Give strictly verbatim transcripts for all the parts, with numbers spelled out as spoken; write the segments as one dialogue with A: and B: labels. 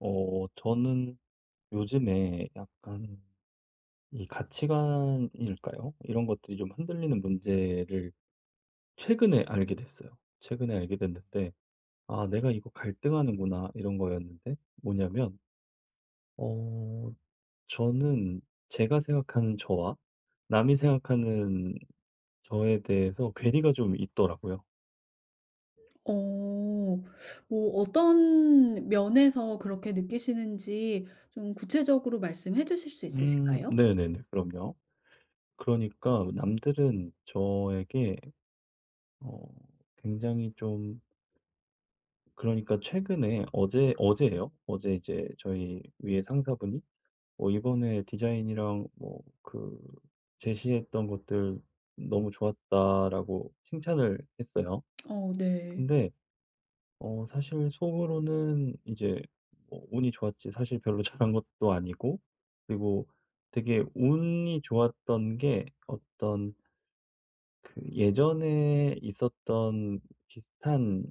A: 어, 저는 요즘에 약간 이 가치관일까요? 이런 것들이 좀 흔들리는 문제를 최근에 알게 됐어요. 최근에 알게 됐는데, 아, 내가 이거 갈등하는구나, 이런 거였는데, 뭐냐면, 어, 저는 제가 생각하는 저와 남이 생각하는 저에 대해서 괴리가 좀 있더라고요.
B: 어. 뭐 어떤 면에서 그렇게 느끼시는지 좀 구체적으로 말씀해 주실 수
A: 음,
B: 있으실까요?
A: 네네네, 그럼요. 그러니까 남들은 저에게 어, 굉장히 좀 그러니까 최근에 어제 어제예요. 어제 이제 저희 위에 상사분이 어 "이번에 디자인이랑 뭐 그 제시했던 것들 너무 좋았다."라고 칭찬을 했어요.
B: 어 네.
A: 근데 어 사실 속으로는 이제 뭐 운이 좋았지 사실 별로 잘한 것도 아니고 그리고 되게 운이 좋았던 게 어떤 그 예전에 있었던 비슷한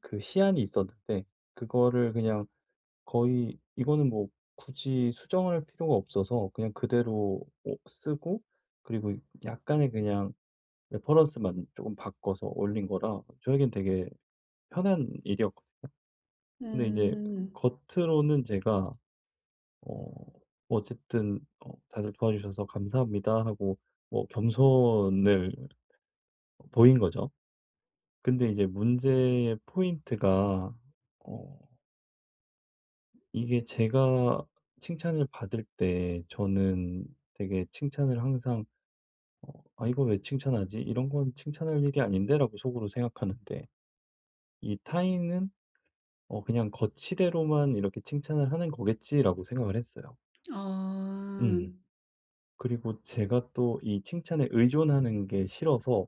A: 그 시안이 있었는데 그거를 그냥 거의 이거는 뭐 굳이 수정할 필요가 없어서 그냥 그대로 어 쓰고 그리고 약간의 그냥 레퍼런스만 조금 바꿔서 올린 거라 저에겐 되게 편한 일이었거든요. 근데 이제
B: 음.
A: 겉으로는 제가 어 어쨌든 어 "다들 도와주셔서 감사합니다." 하고 뭐 겸손을 보인 거죠. 근데 이제 문제의 포인트가 어 이게 제가 칭찬을 받을 때 저는 되게 칭찬을 항상 어 '아 이거 왜 칭찬하지? 이런 건 칭찬할 일이 아닌데.'라고 속으로 생각하는데 이 타인은 어 그냥 '거치대로만 이렇게 칭찬을 하는 거겠지.'라고 생각을 했어요.
B: 아.
A: 음. 그리고 제가 또 이 칭찬에 의존하는 게 싫어서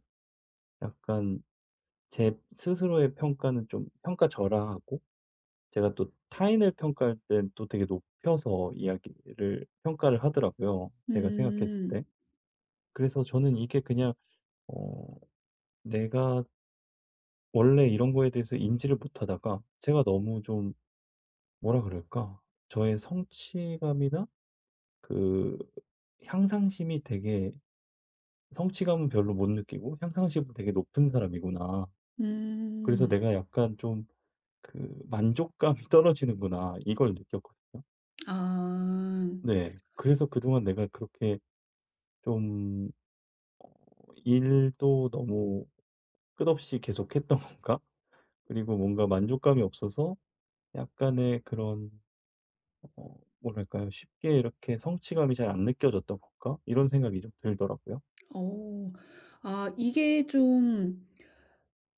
A: 약간 제 스스로의 평가는 좀 평가절하하고 제가 또 타인을 평가할 땐 또 되게 높여서 이야기를 평가를 하더라고요, 제가 생각했을 때.
B: 음.
A: 그래서 저는 이게 그냥 어 내가 원래 이런 거에 대해서 인지를 못하다가 제가 너무 좀 뭐라 그럴까? 저의 성취감이나 그 향상심이 되게 성취감은 별로 못 느끼고 향상심은 되게 높은 사람이구나. 그래서
B: 음.
A: 내가 약간 좀 그 만족감이 떨어지는구나. 이걸 느꼈거든요.
B: 아.
A: 네. 그래서 그동안 내가 그렇게 좀 일도 너무 끝없이 계속했던 건가? 그리고 뭔가 만족감이 없어서 약간의 그런 어 뭐랄까요? 쉽게 이렇게 성취감이 잘 안 느껴졌던 건가? 이런 생각이 좀 들더라고요.
B: 어. 아 이게 좀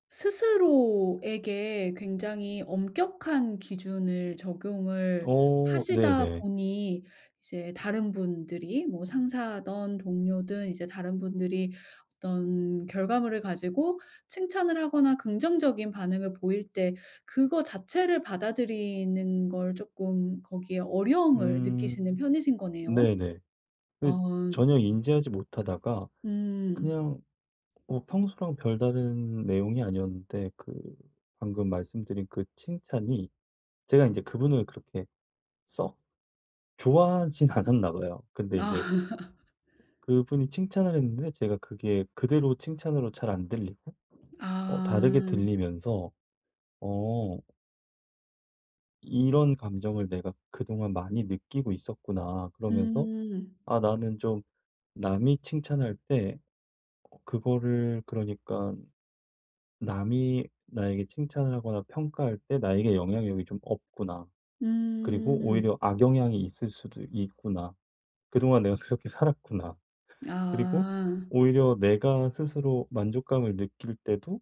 B: 스스로에게 굉장히 엄격한 기준을 적용을
A: 어
B: 하시다
A: 네네.
B: 보니 이제 다른 분들이 뭐 상사든 동료든 이제 다른 분들이 어떤 결과물을 가지고 칭찬을 하거나 긍정적인 반응을 보일 때 그거 자체를 받아들이는 걸 조금 거기에 어려움을 느끼시는
A: 음
B: 편이신 거네요.
A: 네네.
B: 어
A: 그 전혀 인지하지 못하다가
B: 음.
A: 그냥 뭐 평소랑 별다른 내용이 아니었는데 그 방금 말씀드린 그 칭찬이 제가 이제 그분을 그렇게 썩 좋아하진 않았나 봐요. 근데 이제
B: 아.
A: 그분이 칭찬을 했는데 제가 그게 그대로 칭찬으로 잘 안 들리고 어 다르게
B: 아.
A: 들리면서 '어 이런 감정을 내가 그동안 많이 느끼고 있었구나.' 그러면서
B: 음.
A: '아 나는 좀 남이 칭찬할 때 어 그거를 그러니까 남이 나에게 칭찬을 하거나 평가할 때 나에게 영향력이 좀 없구나. 그리고
B: 음.
A: 오히려 악영향이 있을 수도 있구나. 그동안 내가 그렇게 살았구나.' 그리고
B: 아.
A: 오히려 내가 스스로 만족감을 느낄 때도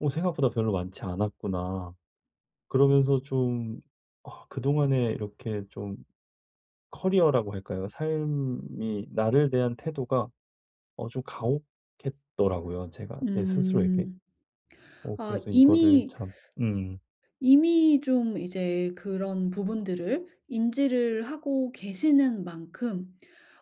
A: '어 생각보다 별로 많지 않았구나.' 그러면서 좀 아 그동안에 이렇게 좀 커리어라고 할까요? 삶이 나를 대한 태도가 어 좀 가혹했더라고요, 제가 제 스스로에게.
B: 음.
A: 어
B: 아
A: 그래서 이거를
B: 이미
A: 참 음
B: 이미 좀 이제 그런 부분들을 인지를 하고 계시는 만큼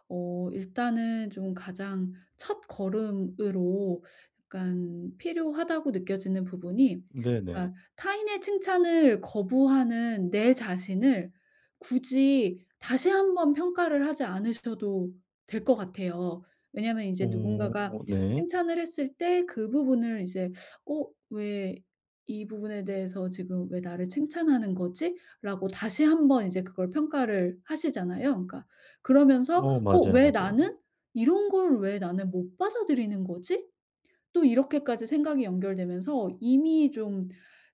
B: 어 일단은 좀 가장 첫 걸음으로 약간 필요하다고 느껴지는 부분이
A: 네네.
B: 그러니까 타인의 칭찬을 거부하는 내 자신을 굳이 다시 한번 평가를 하지 않으셔도 될 것 같아요. 왜냐하면 이제
A: 어
B: 누군가가
A: 네.
B: 칭찬을 했을 때 그 부분을 이제 '어 왜 '이 부분에 대해서 지금 왜 나를 칭찬하는 거지?'라고 다시 한번 이제 그걸 평가를 하시잖아요. 그러니까 그러면서
A: 어
B: '어
A: 맞아요,
B: 왜
A: 맞아요.
B: 나는 이런 걸 왜 나는 못 받아들이는 거지?' 또 이렇게까지 생각이 연결되면서 이미 좀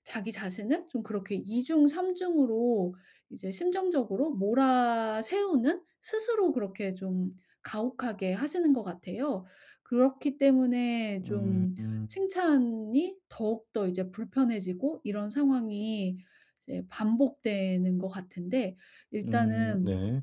B: 자기 자신을 좀 그렇게 이중삼 중으로 이제 심정적으로 몰아세우는 스스로 그렇게 좀 가혹하게 하시는 것 같아요. 그렇기 때문에 좀
A: 음.
B: 칭찬이 더욱더 이제 불편해지고 이런 상황이 이제 반복되는 것 같은데
A: 음
B: 일단은
A: 네.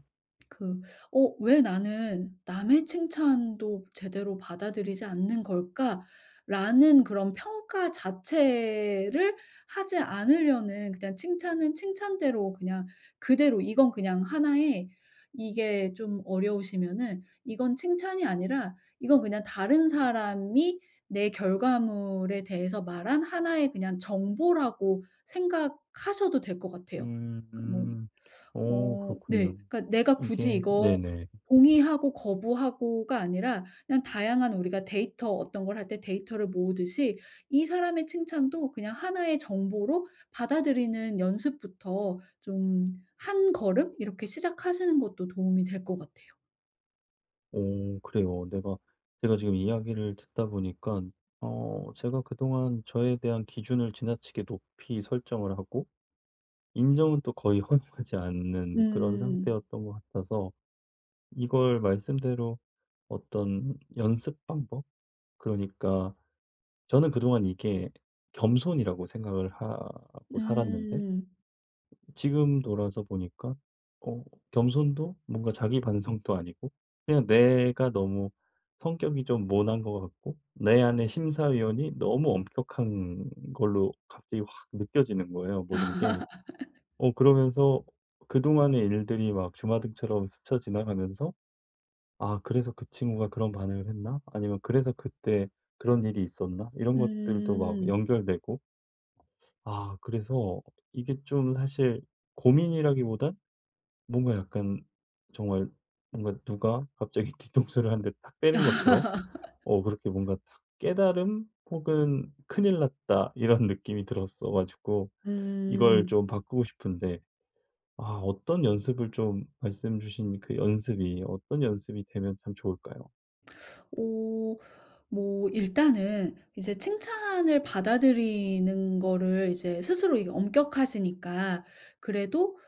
B: 그 '어 왜 나는 남의 칭찬도 제대로 받아들이지 않는 걸까?'라는 그런 평가 자체를 하지 않으려는 그냥 칭찬은 칭찬대로 그냥 그대로 이건 그냥 하나의 이게 좀 어려우시면은 이건 칭찬이 아니라 이건 그냥 다른 사람이 내 결과물에 대해서 말한 하나의 그냥 정보라고 생각하셔도 될 것 같아요.
A: 음.
B: 그러니까 뭐
A: 음. 어
B: 어 네.
A: 그렇군요.
B: 그러니까 내가 굳이
A: 이게
B: 이걸
A: 네네.
B: 동의하고 거부하고가 아니라 그냥 다양한 우리가 데이터 어떤 걸 할 때 데이터를 모으듯이 이 사람의 칭찬도 그냥 하나의 정보로 받아들이는 연습부터 좀 한 걸음 이렇게 시작하시는 것도 도움이 될 것 같아요.
A: 오 그래요. 내가 제가 지금 이야기를 듣다 보니까 어 제가 그동안 저에 대한 기준을 지나치게 높이 설정을 하고 인정은 또 거의 허용하지 않는 그런
B: 음.
A: 상태였던 것 같아서 이걸 말씀대로 어떤 연습 방법? 그러니까 저는 그동안 이게 겸손이라고 생각을 하고 살았는데
B: 음.
A: 지금 돌아서 보니까 어 겸손도 뭔가 자기 반성도 아니고 그냥 내가 너무 성격이 좀 모난 것 같고 내 안에 심사위원이 너무 엄격한 걸로 갑자기 확 느껴지는 거예요, 모든 게. 어 그러면서 그동안의 일들이 막 주마등처럼 스쳐 지나가면서 '아 그래서 그 친구가 그런 반응을 했나?' 아니면 '그래서 그때 그런 일이 있었나?' 이런 것들도 막
B: 음.
A: 연결되고 아 그래서 이게 좀 사실 고민이라기보단 뭔가 약간 정말 뭔가 누가 갑자기 뒤통수를 한 대 딱 때린 것처럼 어 그렇게 뭔가 딱 깨달음 혹은 '큰일 났다.' 이런 느낌이 들었어 가지고 이걸
B: 음.
A: 좀 바꾸고 싶은데 아 어떤 연습을 좀 말씀 주신 그 연습이 어떤 연습이 되면 참 좋을까요?
B: 어 뭐 일단은 이제 칭찬을 받아들이는 거를 이제 스스로 이게 엄격하시니까 그래도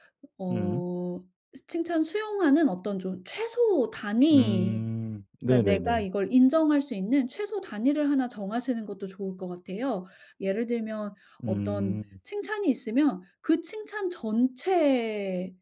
A: 음.
B: 어 칭찬 수용하는 어떤 좀 최소 단위
A: 음.
B: 그러니까 내가
A: 네네네.
B: 이걸 인정할 수 있는 최소 단위를 하나 정하시는 것도 좋을 것 같아요. 예를 들면 어떤
A: 음.
B: 칭찬이 있으면 그 칭찬 전체를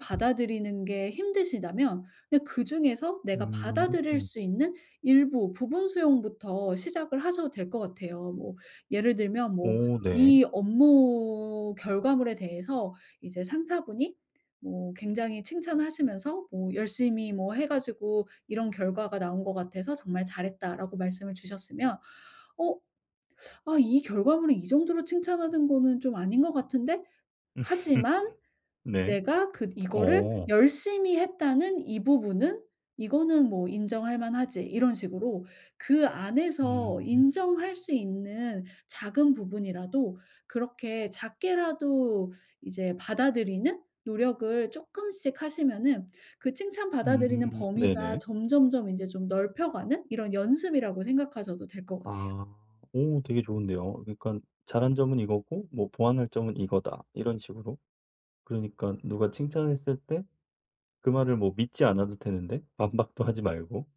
B: 받아들이는 게 힘드시다면 그냥 그중에서 내가 받아들일
A: 음.
B: 수 있는 일부, 부분 수용부터 시작을 하셔도 될 것 같아요. 뭐 예를 들면 뭐
A: 오 네.
B: 이 업무 결과물에 대해서 이제 상사분이 뭐 굉장히 칭찬하시면서 뭐 열심히 뭐 해 가지고 "이런 결과가 나온 것 같아서 정말 잘했다."라고 말씀을 주셨으면 어 '아 이 결과물을 이 정도로 칭찬하는 거는 좀 아닌 것 같은데?' 하지만
A: 네.
B: 내가 그 이거를
A: 어.
B: 열심히 했다는 이 부분은 이거는 뭐 인정할 만하지. 이런 식으로 그 안에서
A: 음.
B: 인정할 수 있는 작은 부분이라도 그렇게 작게라도 이제 받아들이는 노력을 조금씩 하시면은 그 칭찬 받아들이는
A: 음.
B: 범위가
A: 네네.
B: 점점점 이제 좀 넓혀가는 이런 연습이라고 생각하셔도 될 것 같아요.
A: 아. 오 되게 좋은데요. 그러니까 잘한 점은 이거고 뭐 보완할 점은 이거다. 이런 식으로. 그러니까 누가 칭찬했을 때 그 말을 뭐 믿지 않아도 되는데 반박도 하지 말고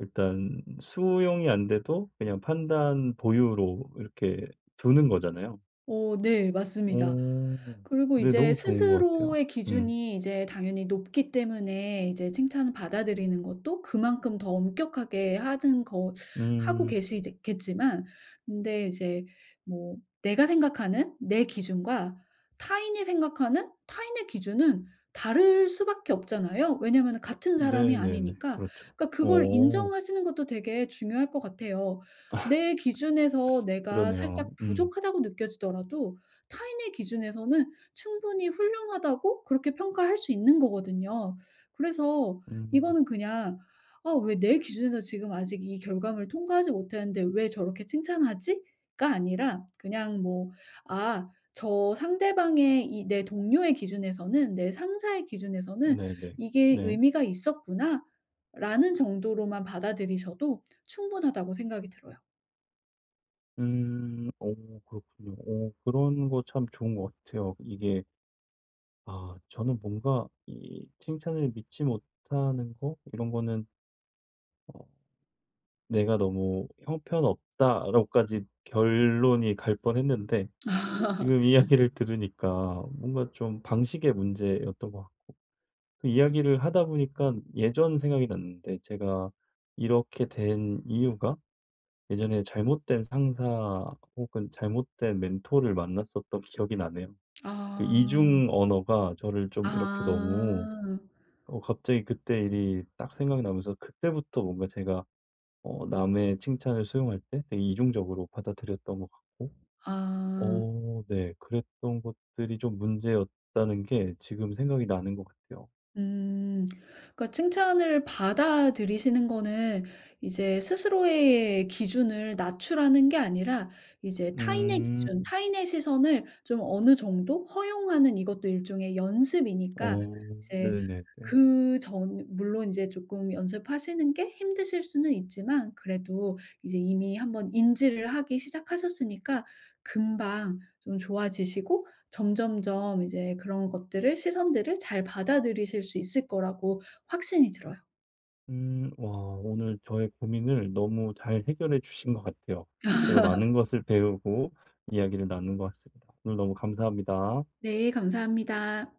A: 일단 수용이 안 돼도 그냥 판단 보유로 이렇게 두는 거잖아요.
B: 어 네. 맞습니다.
A: 오.
B: 그리고
A: 네
B: 이제
A: 너무 좋은 것 같아요.
B: 스스로의
A: 음.
B: 기준이 이제 당연히 높기 때문에 이제 칭찬을 받아들이는 것도 그만큼 더 엄격하게 하는 거 하고
A: 음.
B: 계시겠 지만 근데 이제 뭐 내가 생각하는 내 기준과 타인이 생각하는 타인의 기준은 다를 수밖에 없잖아요. 왜냐면은 하 같은 사람이
A: 네네네.
B: 아니니까.
A: 그렇죠.
B: 그러니까 그걸
A: 오
B: 인정하시는 것도 되게 중요할 것 같아요. 내 기준에서 내가
A: 그러네요.
B: 살짝
A: 음.
B: 부족하다고 느껴지더라도 타인의 기준에서는 충분히 훌륭하다고 그렇게 평가할 수 있는 거거든요. 그래서
A: 음.
B: 이거는 그냥 '아 왜 내 기준에서 지금 아직 이 결과물을 통과하지 못했는데 왜 저렇게 칭찬하지?'가 아니라 그냥 뭐 '아 저 상대방의 이 내 동료의 기준에서는 내 상사의 기준에서는
A: 네네.
B: 이게
A: 네.
B: 의미가 있었구나.'라는 정도로만 받아들이셔도 충분하다고 생각이 들어요.
A: 음. 오 그렇군요. 오 그런 거 참 좋은 것 같아요. 이게 아 저는 뭔가 이 칭찬을 믿지 못하는 거 이런 거는 어 '내가 너무 형편없다.'라고까지 결론이 갈 뻔했는데
B: 아.
A: 지금 이야기를 들으니까 뭔가 좀 방식의 문제였던 것 같고 또 이야기를 하다 보니까 예전 생각이 났는데 제가 이렇게 된 이유가 예전에 잘못된 상사 혹은 잘못된 멘토를 만났었던 기억이 나네요. 그
B: 아.
A: 이중 언어가 저를 좀 이렇게 너무
B: 아.
A: 어 갑자기 그때 일이 딱 생각나면서 그때부터 뭔가 제가 어 남의 칭찬을 수용할 때 되게 이중적으로 받아들였던 것 같고
B: 아.
A: 어 네 그랬던 것들이 좀 문제였다는 게 지금 생각이 나는 것 같아요.
B: 음. 그러니까 칭찬을 받아들이시는 거는 이제 스스로의 기준을 낮추라는 게 아니라 이제 타인의
A: 음.
B: 기준, 타인의 시선을 좀 어느 정도 허용하는 이것도 일종의
A: 어
B: 연습이니까 이제
A: 네네네.
B: 그 전 물론 이제 조금 연습하시는 게 힘드실 수는 있지만 그래도 이제 이미 한번 인지를 하기 시작하셨으니까 금방 좀 좋아지시고 점점점 이제 그런 것들을 시선들을 잘 받아들이실 수 있을 거라고 확신이 들어요.
A: 음. 와 오늘 저의 고민을 너무 잘 해결해 주신 것 같아요. 제가 많은 것을 배우고 이야기를 나눈 것 같습니다. 오늘 너무 감사합니다.
B: 네 감사합니다.